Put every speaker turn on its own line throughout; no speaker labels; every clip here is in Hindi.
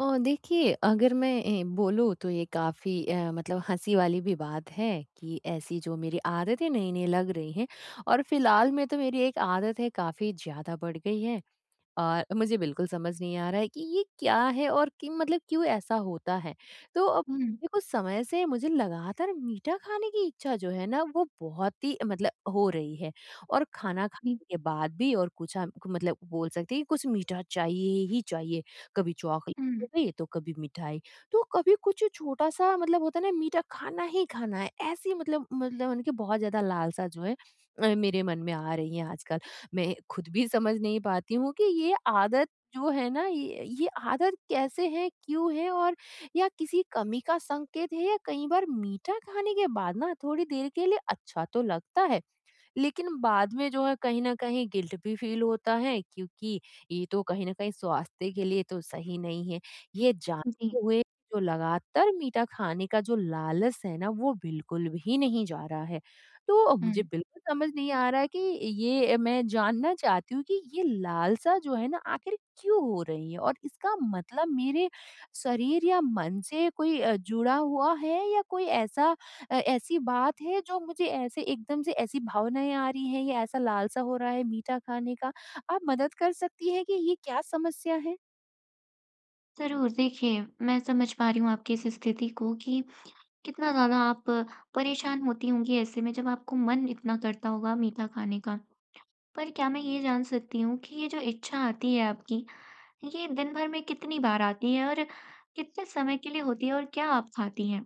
और देखिए, अगर मैं बोलूँ तो ये काफ़ी मतलब हँसी वाली भी बात है कि ऐसी जो मेरी आदतें नई-नई लग रही हैं। और फिलहाल में तो मेरी एक आदत है, काफ़ी ज़्यादा बढ़ गई है, और मुझे बिल्कुल समझ नहीं आ रहा है कि ये क्या है और कि मतलब क्यों ऐसा होता है। तो अब
हुँ।
देखो, समय से मुझे लगातार मीठा खाने की इच्छा जो है ना, वो बहुत ही मतलब हो रही है, और खाना
जी।
खाने के बाद भी, और कुछ हम मतलब बोल सकते हैं कि कुछ मीठा चाहिए ही चाहिए। कभी चॉकलेट
हुँ।
हो गई, तो कभी मिठाई, तो कभी कुछ छोटा-सा, मतलब होता है ना, मीठा खाना ही खाना है। ऐसी मतलब उनकी बहुत ज़्यादा लालसा जो है, मेरे मन में आ रही है आजकल। मैं खुद भी समझ नहीं पाती हूँ कि ये आदत जो है ना, ये आदत कैसे है, क्यों है, और या किसी कमी का संकेत है? या कई बार मीठा खाने के बाद ना, थोड़ी देर के लिए अच्छा तो लगता है, लेकिन बाद में जो है कहीं ना कहीं गिल्ट भी फील होता है, क्योंकि ये तो कहीं ना कहीं स्वास्थ्य के लिए तो सही नहीं है, ये
जी।
जानते हुए जो लगातार मीठा खाने का जो लालच है ना, वो बिल्कुल भी नहीं जा रहा है। तो
हुँ,
मुझे बिल्कुल समझ नहीं आ रहा है कि ये मैं जानना चाहती हूँ कि ये लालसा जो है ना, आखिर क्यों हो रही है? और इसका मतलब मेरे शरीर या मन से कोई जुड़ा हुआ है या कोई ऐसा ऐसी बात है, जो मुझे ऐसे एकदम से ऐसी भावनाएँ आ रही हैं या ऐसा लालसा हो रहा है मीठा खाने का, आप मदद कर सकती हैं कि ये क्या समस्या है?
ज़रूर देखिए, मैं समझ पा रही हूँ आपकी इस स्थिति को कि कितना ज़्यादा आप परेशान होती होंगी ऐसे में जब आपको मन इतना करता होगा मीठा खाने का। पर क्या मैं ये जान सकती हूँ कि ये जो इच्छा आती है आपकी, ये दिन भर में कितनी बार आती है और कितने समय के लिए होती है और क्या आप खाती हैं?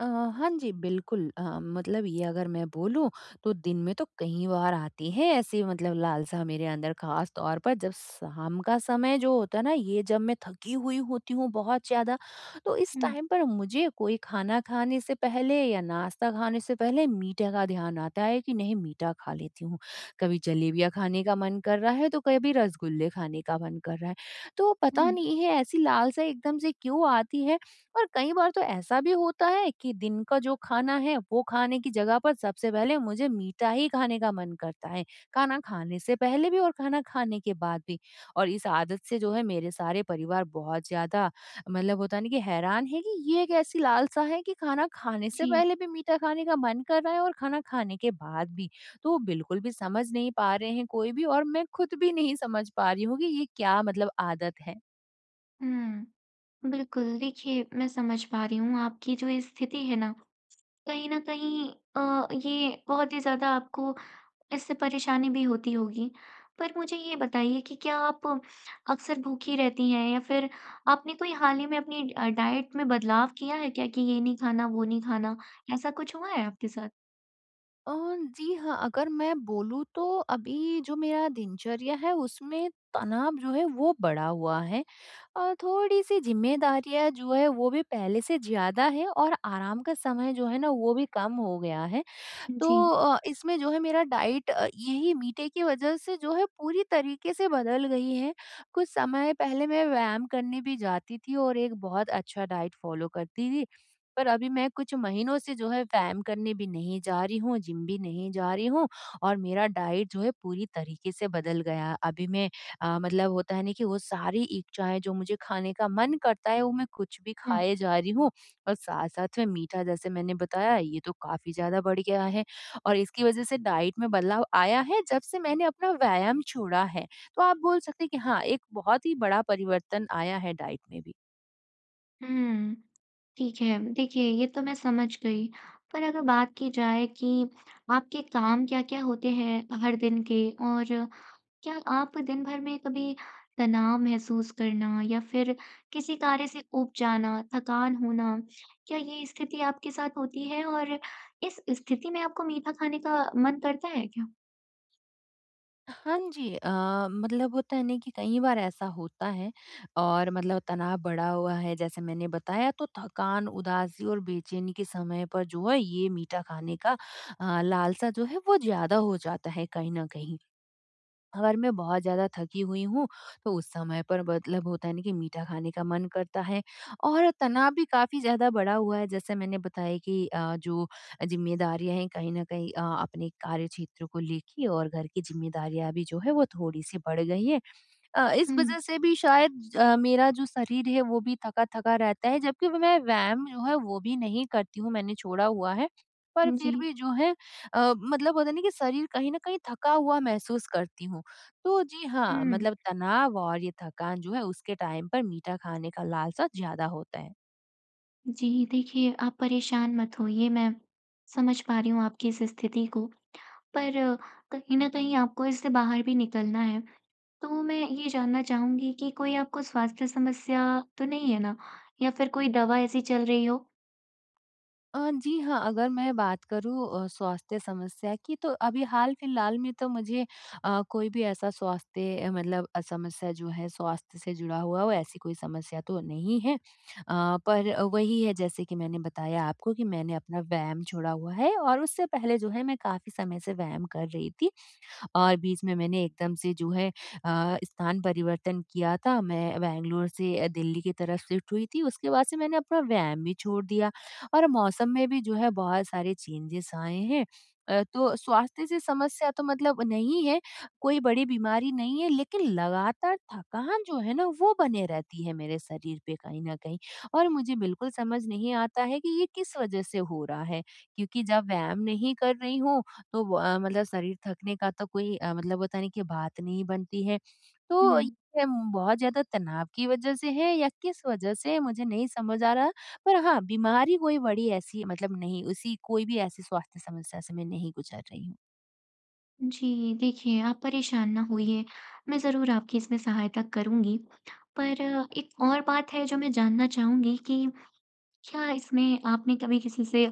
हाँ जी, बिल्कुल। मतलब ये, अगर मैं बोलूँ, तो दिन में तो कई बार आती है ऐसी मतलब लालसा मेरे अंदर, ख़ास तौर पर जब शाम का समय जो होता है ना, ये जब मैं थकी हुई होती हूँ बहुत ज़्यादा, तो इस
हुँ।
टाइम पर मुझे कोई खाना खाने से पहले या नाश्ता खाने से पहले मीठे का ध्यान आता है कि नहीं, मीठा खा लेती हूँ। कभी जलेबियाँ खाने का मन कर रहा है, तो कभी रसगुल्ले खाने का मन कर रहा है। तो पता
हुँ।
नहीं है ऐसी लालसा एकदम से क्यों आती है, और कई बार तो ऐसा भी होता है कि दिन का जो खाना है, वो खाने की जगह पर सबसे पहले मुझे मीठा ही खाने का मन करता है, खाना खाने से पहले भी और खाना खाने के बाद भी। और इस आदत से जो है, मेरे सारे परिवार बहुत ज़्यादा, मतलब होता है ना कि, हैरान है कि ये एक ऐसी लालसा है कि खाना खाने से
जी।
पहले भी मीठा खाने का मन कर रहा है और खाना खाने के बाद भी। तो वो बिल्कुल भी समझ नहीं पा रहे हैं कोई भी, और मैं खुद भी नहीं समझ पा रही हूँ कि ये क्या मतलब आदत है।
हुँ, बिल्कुल देखिए मैं समझ पा रही हूँ आपकी जो ये स्थिति है ना, कहीं न कहीं ये बहुत ही ज़्यादा आपको इससे परेशानी भी होती होगी। पर मुझे ये बताइए कि क्या आप अक्सर भूखी रहती हैं या फिर आपने कोई हाल ही में अपनी डाइट में बदलाव किया है क्या कि ये नहीं खाना, वो नहीं खाना? ऐसा कुछ हुआ है आपके साथ?
अ, जी हाँ, अगर मैं बोलूँ तो अभी जो मेरा दिनचर्या है, उसमें तनाव जो है वो बढ़ा हुआ है। थोड़ी-सी ज़िम्मेदारियाँ जो है वो भी पहले से ज़्यादा है, और आराम का समय जो है ना, वो भी कम हो गया है।
जी।
तो इसमें जो है मेरा डाइट, यही मीठे की वजह से जो है पूरी तरीके से बदल गई है। कुछ समय पहले मैं व्यायाम करने भी जाती थी और एक बहुत अच्छा डाइट फ़ॉलो करती थी। पर अभी मैं कुछ महीनों से जो है व्यायाम करने भी नहीं जा रही हूँ, जिम भी नहीं जा रही हूँ, और मेरा डाइट जो है पूरी तरीके से बदल गया। अभी मैं मतलब होता है ना कि, वो सारी इच्छाएँ जो मुझे खाने का मन करता है, वो मैं कुछ भी
हुँ।
खाए जा रही हूँ, और साथ-साथ में मीठा, जैसे मैंने बताया, ये तो काफ़ी ज़्यादा बढ़ गया है। और इसकी वजह से डाइट में बदलाव आया है, जब से मैंने अपना व्यायाम छोड़ा है। तो आप बोल सकते हैं कि हाँ, एक बहुत ही बड़ा परिवर्तन आया है डाइट में भी।
हुँ। ठीक है। देखिए, ये तो मैं समझ गई। पर अगर बात की जाए कि आपके काम क्या-क्या होते हैं हर दिन के और क्या आप दिन भर में कभी तनाव महसूस करना या फिर किसी कार्य से ऊब जाना, थकान होना, क्या ये स्थिति आपके साथ होती है? और इस स्थिति में आपको मीठा खाने का मन करता है क्या?
हाँ जी। मतलब होता है ना कि कई बार ऐसा होता है, और मतलब तनाव बढ़ा हुआ है, जैसे मैंने बताया, तो थकान, उदासी और बेचैनी के समय पर जो है, ये मीठा खाने का लालसा जो है, वो ज़्यादा हो जाता है कहीं न कहीं। अगर मैं बहुत ज़्यादा थकी हुई हूँ, तो उस समय पर मतलब होता है ना कि मीठा खाने का मन करता है, और तनाव भी काफ़ी ज़्यादा बढ़ा हुआ है। जैसे मैंने बताया कि जो ज़िम्मेदारियाँ हैं कहीं न कहीं, अपने कार्यक्षेत्र को लेके और घर की ज़िम्मेदारियाँ भी जो है, वो थोड़ी-सी बढ़ गई हैं। इस
हुँ।
वज़ह से भी शायद मेरा जो शरीर है, वो भी थका-थका रहता है, जबकि मैं व्यायाम जो है वो भी नहीं करती हूँ, मैंने छोड़ा हुआ है। पर
जी।
फिर भी जो है, मतलब होता है ना कि, शरीर कहीं न कहीं थका हुआ महसूस करती हूँ। तो जी हाँ,
हुँ,
मतलब तनाव और ये थकान जो है, उसके टाइम पर मीठा खाने का लालसा ज़्यादा होता है।
जी, देखिए आप परेशान मत होइए, मैं समझ पा रही हूँ आपकी इस स्थिति को। पर कहीं न कहीं आपको इससे बाहर भी निकलना है। तो मैं ये जानना चाहूँगी कि कोई आपको स्वास्थ्य समस्या तो नहीं है ना? या फिर कोई दवा ऐसी चल रही हो?
जी हाँ, अगर मैं बात करूँ स्वास्थ्य समस्या की, तो अभी हाल-फिलहाल में तो मुझे कोई भी ऐसा स्वास्थ्य मतलब समस्या जो है स्वास्थ्य से जुड़ा हुआ, वो ऐसी कोई समस्या तो नहीं है। पर वही है, जैसे कि मैंने बताया आपको कि मैंने अपना व्यायाम छोड़ा हुआ है, और उससे पहले जो है मैं काफ़ी समय से व्यायाम कर रही थी। और बीच में मैंने एकदम से जो है स्थान परिवर्तन किया था। मैं बैंगलोर से दिल्ली की तरफ शिफ्ट हुई थी। उसके बाद से मैंने अपना व्यायाम भी छोड़ दिया, और मौसम में भी जो है बहुत सारे चेंजेस आए हैं। तो स्वास्थ्य से समस्या तो मतलब नहीं है, कोई बड़ी बीमारी नहीं है, लेकिन लगातार थकान जो है ना, वो बने रहती है मेरे शरीर पे कहीं न कहीं, और मुझे बिल्कुल समझ नहीं आता है कि ये किस वज़ह से हो रहा है? क्योंकि जब व्यायाम नहीं कर रही हूँ, तो वो मतलब शरीर थकने का तो कोई मतलब होता नहीं कि बात नहीं बनती है।
हुँ।
तो ये बहुत ज़्यादा तनाव की वज़ह से है या किस वज़ह से है, मुझे नहीं समझ आ रहा। पर हाँ, बीमारी कोई बड़ी ऐसी मतलब नहीं, उसी कोई भी ऐसी स्वास्थ्य समस्या से मैं नहीं गुज़र रही हूँ।
जी, देखिए आप परेशान ना होइए, मैं ज़रूर आपकी इसमें सहायता करूँगी। पर एक और बात है जो मैं जानना चाहूँगी कि क्या इसमें आपने कभी किसी से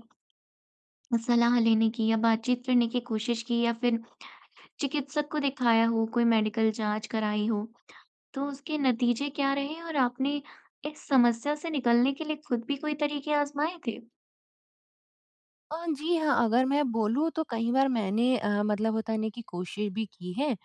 सलाह लेने की या बातचीत करने की कोशिश की या फिर चिकित्सक को दिखाया हो, कोई मेडिकल जाँच कराई हो? तो उसके नतीजे क्या रहे और आपने इस समस्या से निकलने के लिए खुद भी कोई तरीके आज़माए थे?
जी हाँ, अगर मैं बोलूँ तो कई बार मैंने मतलब होता है ना कि कोशिश भी की है,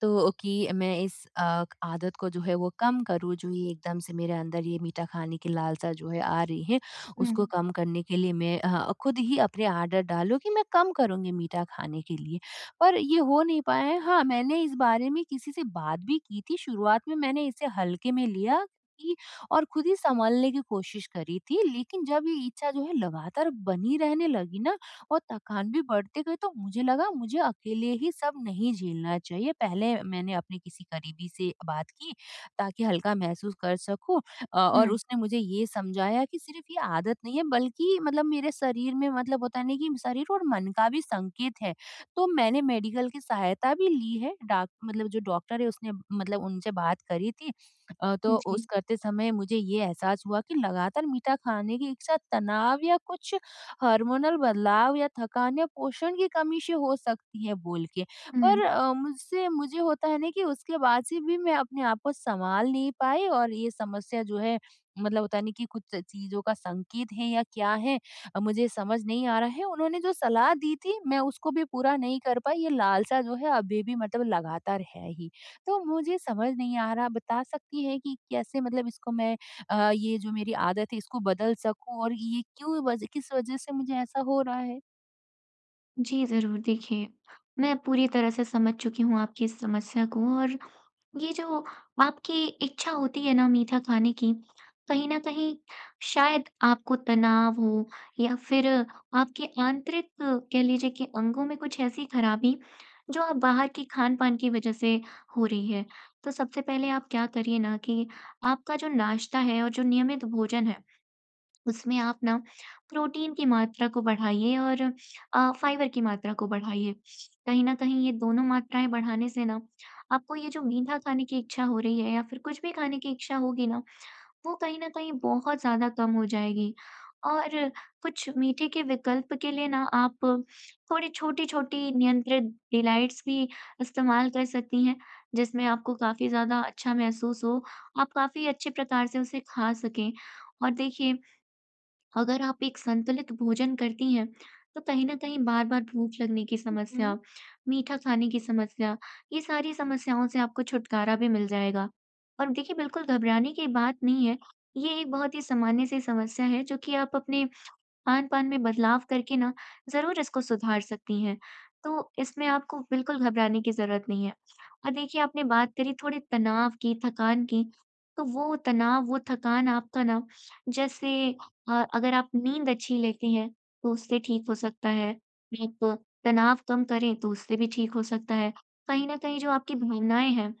तो कि मैं इस आदत को जो है वो कम करूँ, जो ये एकदम से मेरे अंदर ये मीठा खाने की लालसा जो है आ रही है,
हुँ।
उसको कम करने के लिए मैं खुद ही अपने आदत डालूँ कि मैं कम करूँगी मीठा खाने के लिए। पर ये हो नहीं पाया है। हाँ, मैंने इस बारे में किसी से बात भी की थी, शुरुआत में मैंने इसे हल्के में लिया कि, और खुद ही सँभालने की कोशिश करी थी, लेकिन जब ये इच्छा जो है लगातार बनी रहने लगी ना, और थकान भी बढ़ते गए, तो मुझे लगा, मुझे अकेले ही सब नहीं झेलना चाहिए। पहले मैंने अपने किसी करीबी से बात की, ताकि हल्का महसूस कर सकूँ, और
हुँ।
उसने मुझे ये समझाया कि सिर्फ ये आदत नहीं है, बल्कि मतलब मेरे शरीर में मतलब होता नहीं कि शरीर और मन का भी संकेत है। तो मैंने मेडिकल की सहायता भी ली है, डाक मतलब जो डॉक्टर है उसने, मतलब उनसे बात करी थी। तो
जी,
उस करते समय मुझे ये एहसास हुआ कि लगातार मीठा खाने की इच्छा तनाव, या कुछ हार्मोनल बदलाव, या थकान, या पोषण की कमी से हो सकती है बोल के।
हुँ।
पर मुझसे मुझे होता है ना कि उसके बाद से भी मैं अपने आप को संभाल नहीं पाई, और ये समस्या जो है मतलब होता नहीं कि कुछ चीज़ों का संकेत है या क्या है, मुझे समझ नहीं आ रहा है। उन्होंने जो सलाह दी थी, मैं उसको भी पूरा नहीं कर पाई, ये लालसा जो है अभी भी मतलब लगातार है ही। तो मुझे समझ नहीं आ रहा, बता सकती हैं कि कैसे मतलब इसको मैं ये जो मेरी आदत है इसको बदल सकूँ, और ये क्यों वज किस वजह से मुझे ऐसा हो रहा है?
जी, ज़रूर। देखिए, मैं पूरी तरह से समझ चुकी हूँ आपकी इस समस्या को और ये जो आपकी इच्छा होती है ना मीठा खाने की, कहीं न कहीं शायद आपको तनाव हो या फिर आपके आंतरिक कह लीजिए कि अंगों में कुछ ऐसी खराबी, जो आप बाहर की खान-पान की वज़ह से हो रही है। तो सबसे पहले आप क्या करिए ना कि आपका जो नाश्ता है और जो नियमित भोजन है उसमें आप ना प्रोटीन की मात्रा को बढ़ाइए और फाइबर की मात्रा को बढ़ाइए। कहीं न कहीं ये दोनों मात्राएँ बढ़ाने से ना आपको ये जो मीठा खाने की इच्छा हो रही है या फिर कुछ भी खाने की इच्छा होगी ना, वो कहीं न कहीं बहुत ज़्यादा कम हो जाएगी। और कुछ मीठे के विकल्प के लिए ना आप थोड़ी छोटी-छोटी नियंत्रित डिलाइट्स भी इस्तेमाल कर सकती हैं, जिसमें आपको काफ़ी ज़्यादा अच्छा महसूस हो, आप काफ़ी अच्छे प्रकार से उसे खा सकें। और देखिए अगर आप एक संतुलित भोजन करती हैं, तो कहीं न कहीं बार-बार भूख लगने की समस्या,
हुँ,
मीठा खाने की समस्या, ये सारी समस्याओं से आपको छुटकारा भी मिल जाएगा। और देखिए बिल्कुल घबराने की बात नहीं है, ये एक बहुत ही सामान्य सी समस्या है जो कि आप अपने खान-पान में बदलाव करके ना ज़रूर इसको सुधार सकती हैं। तो इसमें आपको बिल्कुल घबराने की ज़रूरत नहीं है। और देखिए आपने बात करी थोड़े तनाव की, थकान की, तो वो तनाव, वो थकान आपका ना जैसे अगर आप नींद अच्छी लेती हैं तो उससे ठीक हो सकता है। आप तनाव कम करें तो उससे भी ठीक हो सकता है। कहीं न कहीं जो आपकी भावनाएँ हैं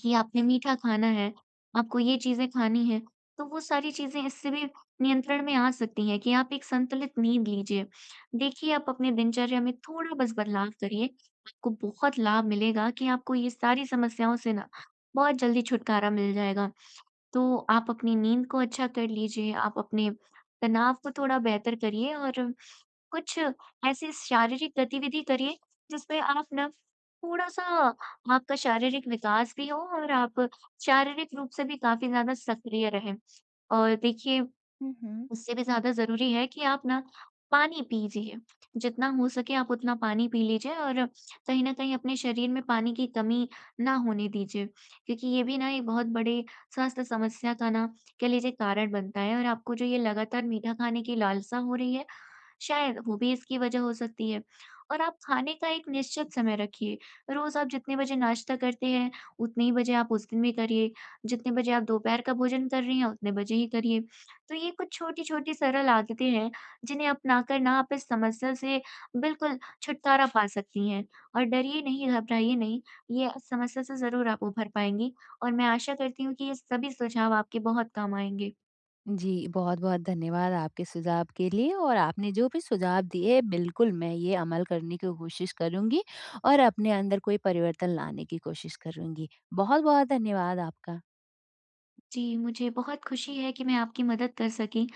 कि आपने मीठा खाना है, आपको ये चीज़ें खानी हैं, तो वो सारी चीज़ें इससे भी नियंत्रण में आ सकती हैं कि आप एक संतुलित नींद लीजिए। देखिए, आप अपने दिनचर्या में थोड़ा बस बदलाव करिए, आपको बहुत लाभ मिलेगा कि आपको ये सारी समस्याओं से ना बहुत जल्दी छुटकारा मिल जाएगा। तो आप अपनी नींद को अच्छा कर लीजिए, आप अपने तनाव को थोड़ा बेहतर करिए और कुछ ऐसी शारीरिक गतिविधि करिए जिसमें आप ना थोड़ा-सा आपका शारीरिक विकास भी हो और आप शारीरिक रूप से भी काफ़ी ज़्यादा सक्रिय रहें। और देखिए
हुँ, हुँ।
उससे भी ज़्यादा ज़रूरी है कि आप ना पानी पीजिए, जितना हो सके आप उतना पानी पी लीजिए और कहीं न कहीं अपने शरीर में पानी की कमी ना होने दीजिए, क्योंकि ये भी ना एक बहुत बड़े स्वास्थ्य समस्या का ना कह लीजिए कारण बनता है और आपको जो ये लगातार मीठा खाने की लालसा हो रही है, शायद वो भी इसकी वजह हो सकती है। और आप खाने का एक निश्चित समय रखिए, रोज़ आप जितने बजे नाश्ता करते हैं, उतने ही बजे आप उस दिन भी करिए, जितने बजे आप दोपहर का भोजन कर रही हैं, उतने बजे ही करिए। तो ये कुछ छोटी-छोटी सरल आदतें हैं, जिन्हें अपनाकर ना आप इस समस्या से बिल्कुल छुटकारा पा सकती हैं। और डरिए नहीं, घबराइए नहीं, ये समस्या से ज़रूर आप उभर पाएँगी और मैं आशा करती हूँ कि ये सभी सुझाव आपके बहुत काम आएँगे।
जी, बहुत-बहुत धन्यवाद आपके सुझाव के लिए, और आपने जो भी सुझाव दिए बिल्कुल मैं ये अमल करने की कोशिश करूँगी और अपने अंदर कोई परिवर्तन लाने की कोशिश करूँगी। बहुत-बहुत धन्यवाद आपका।
जी, मुझे बहुत खुशी है कि मैं आपकी मदद कर सकी।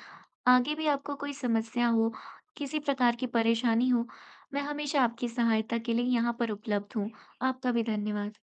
आगे भी आपको कोई समस्या हो, किसी प्रकार की परेशानी हो, मैं हमेशा आपकी सहायता के लिए यहाँ पर उपलब्ध हूँ। आपका भी धन्यवाद।